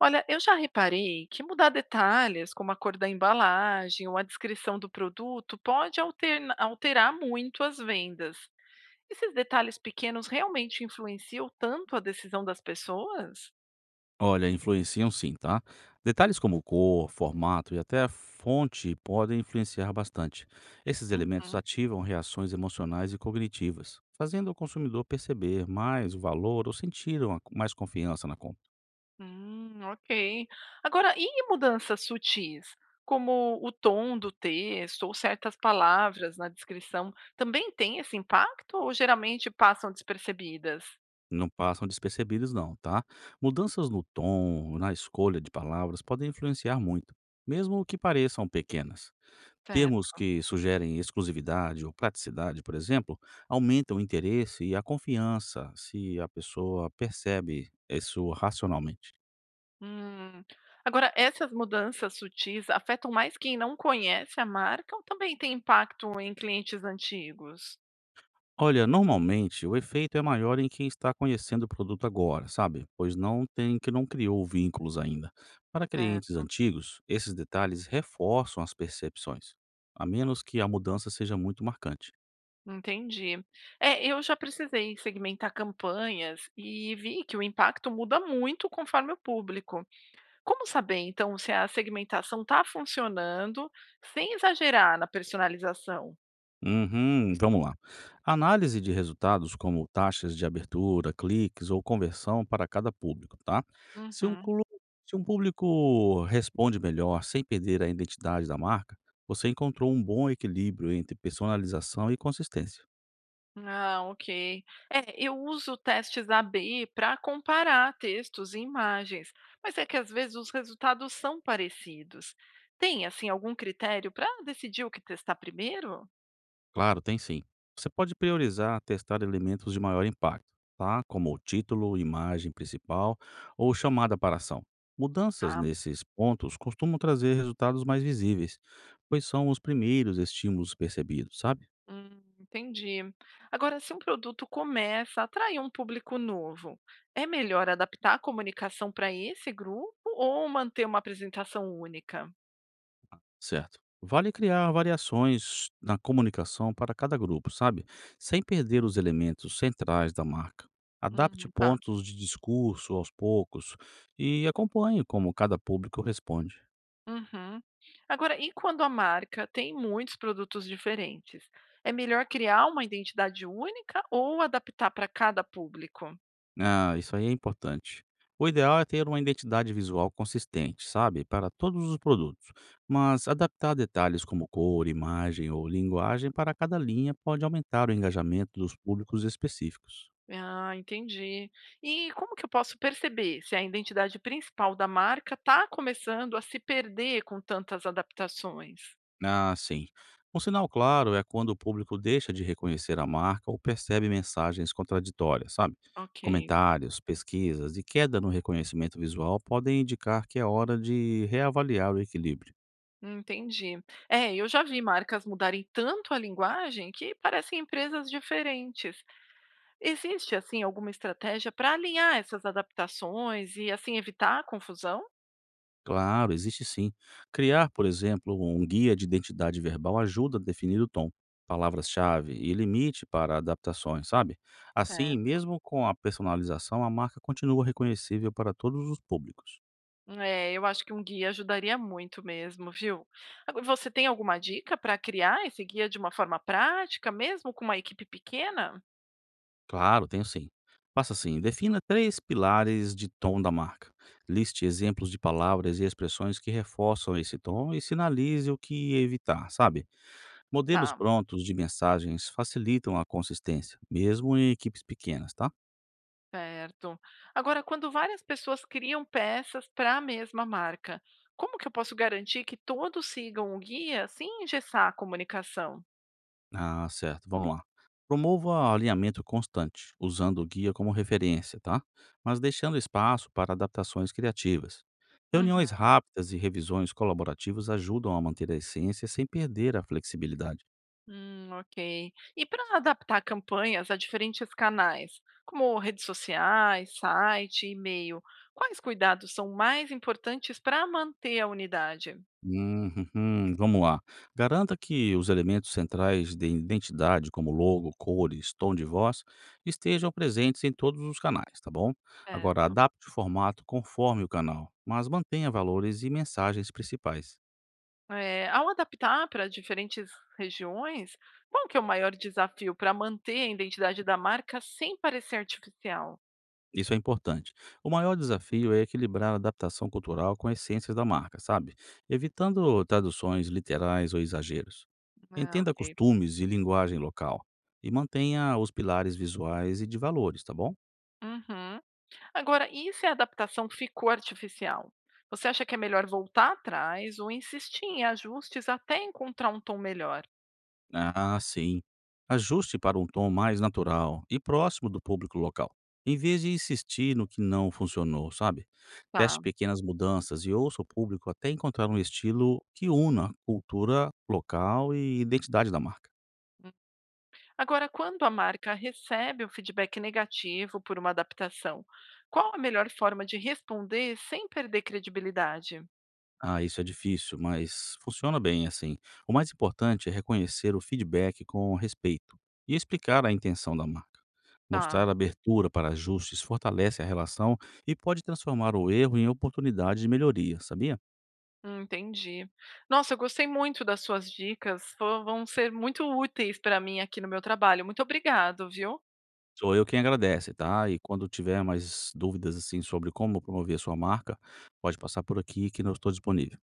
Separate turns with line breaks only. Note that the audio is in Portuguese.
Olha, eu já reparei que mudar detalhes, como a cor da embalagem ou a descrição do produto, pode alterar muito as vendas. Esses detalhes pequenos realmente influenciam tanto a decisão das pessoas?
Olha, influenciam sim, tá? Detalhes como cor, formato e até a fonte podem influenciar bastante. Esses elementos
Uhum.
ativam reações emocionais e cognitivas, fazendo o consumidor perceber mais o valor ou sentir mais confiança na compra.
Ok. Agora, e mudanças sutis, como o tom do texto ou certas palavras na descrição, também tem esse impacto ou geralmente passam despercebidas?
Não passam despercebidos, não, tá? Mudanças no tom, na escolha de palavras podem influenciar muito, mesmo que pareçam pequenas. Termos
Certo.
que sugerem exclusividade ou praticidade, por exemplo, aumentam o interesse e a confiança se a pessoa percebe isso racionalmente.
Hum. Agora, essas mudanças sutis afetam mais quem não conhece a marca ou também tem impacto em clientes antigos?
Olha, normalmente o efeito é maior em quem está conhecendo o produto agora, sabe? Pois não tem que não criou vínculos ainda. Para
É,
clientes antigos, esses detalhes reforçam as percepções, a menos que a mudança seja muito marcante.
entendi. É, eu já precisei segmentar campanhas e vi que o impacto muda muito conforme o público. Como saber, então, se a segmentação está funcionando sem exagerar na personalização?
Uhum, vamos lá. Análise de resultados como taxas de abertura, cliques ou conversão para cada público, tá? Se um,
Uhum.
clu- Se um público responde melhor sem perder a identidade da marca, você encontrou um bom equilíbrio entre personalização e consistência.
Ah, ok. É, eu uso testes A/B para comparar textos e imagens, mas é que às vezes os resultados são parecidos. Tem, assim, algum critério para decidir o que testar primeiro?
Claro, tem sim. Você pode priorizar testar elementos de maior impacto, tá? Como o título, imagem principal ou chamada para ação. Mudanças
Ah,
nesses pontos costumam trazer resultados mais visíveis, pois são os primeiros estímulos percebidos, sabe?
entendi. Agora, se um produto começa a atrair um público novo, é melhor adaptar a comunicação para esse grupo ou manter uma apresentação única?
Certo. Vale criar variações na comunicação para cada grupo, sabe? Sem perder os elementos centrais da marca. Adapte
Tá.
pontos de discurso aos poucos e acompanhe como cada público responde.
Uhum. Agora, e quando a marca tem muitos produtos diferentes? É melhor criar uma identidade única ou adaptar para cada público?
Ah, isso aí é importante. O ideal é ter uma identidade visual consistente, sabe, para todos os produtos, mas adaptar detalhes como cor, imagem ou linguagem para cada linha pode aumentar o engajamento dos públicos específicos.
Ah, entendi. E como que eu posso perceber se a identidade principal da marca está começando a se perder com tantas adaptações?
Ah, sim. Um sinal claro é quando o público deixa de reconhecer a marca ou percebe mensagens contraditórias, sabe?
Ok,
Comentários, pesquisas e queda no reconhecimento visual podem indicar que é hora de reavaliar o equilíbrio.
entendi. É, eu já vi marcas mudarem tanto a linguagem que parecem empresas diferentes. Existe, assim, alguma estratégia para alinhar essas adaptações e, assim, evitar a confusão?
Claro, existe sim. Criar, por exemplo, um guia de identidade verbal ajuda a definir o tom, palavras-chave e limite para adaptações, sabe? Assim,
Certo.
mesmo com a personalização, a marca continua reconhecível para todos os públicos.
É, eu acho que um guia ajudaria muito mesmo, viu? Você tem alguma dica para criar esse guia de uma forma prática, mesmo com uma equipe pequena?
Claro, tenho sim. Faça assim, defina três pilares de tom da marca. Liste exemplos de palavras e expressões que reforçam esse tom e sinalize o que evitar, sabe? Modelos
Tá,
prontos de mensagens facilitam a consistência, mesmo em equipes pequenas, tá?
certo. Agora, quando várias pessoas criam peças para a mesma marca, como que eu posso garantir que todos sigam o guia sem engessar a comunicação?
Ah, certo. Vamos lá. Promova alinhamento constante, usando o guia como referência, tá? Mas deixando espaço para adaptações criativas. Reuniões rápidas e revisões colaborativas ajudam a manter a essência sem perder a flexibilidade.
Ok. E para adaptar campanhas a diferentes canais, como redes sociais, site, e-mail, quais cuidados são mais importantes para manter a unidade?
Uhum, vamos lá. Garanta que os elementos centrais de identidade, como logo, cores, tom de voz, estejam presentes em todos os canais, tá bom? Agora,
Certo.
adapte o formato conforme o canal, mas mantenha valores e mensagens principais.
É, ao adaptar para diferentes regiões, qual que é o maior desafio para manter a identidade da marca sem parecer artificial?
Isso é importante. O maior desafio é equilibrar a adaptação cultural com as essências da marca, sabe? Evitando traduções literais ou exageros.
Ah,
Entenda
ok.
costumes e linguagem local e mantenha os pilares visuais e de valores, tá bom?
Uhum. Agora, e se a adaptação ficou artificial? Você acha que é melhor voltar atrás ou insistir em ajustes até encontrar um tom melhor?
Ah, sim. Ajuste para um tom mais natural e próximo do público local, em vez de insistir no que não funcionou, sabe? Teste
Tá.
pequenas mudanças e ouça o público até encontrar um estilo que una cultura local e identidade da marca.
Agora, quando a marca recebe o feedback negativo por uma adaptação, qual a melhor forma de responder sem perder credibilidade?
Ah, isso é difícil, mas funciona bem assim. O mais importante é reconhecer o feedback com respeito e explicar a intenção da marca.
Tá,
Mostrar abertura para ajustes fortalece a relação e pode transformar o erro em oportunidade de melhoria, sabia?
entendi. Nossa, eu gostei muito das suas dicas, vão ser muito úteis para mim aqui no meu trabalho. Muito obrigado, viu?
Sou eu quem agradece, tá? E quando tiver mais dúvidas assim sobre como promover a sua marca, pode passar por aqui que eu estou disponível.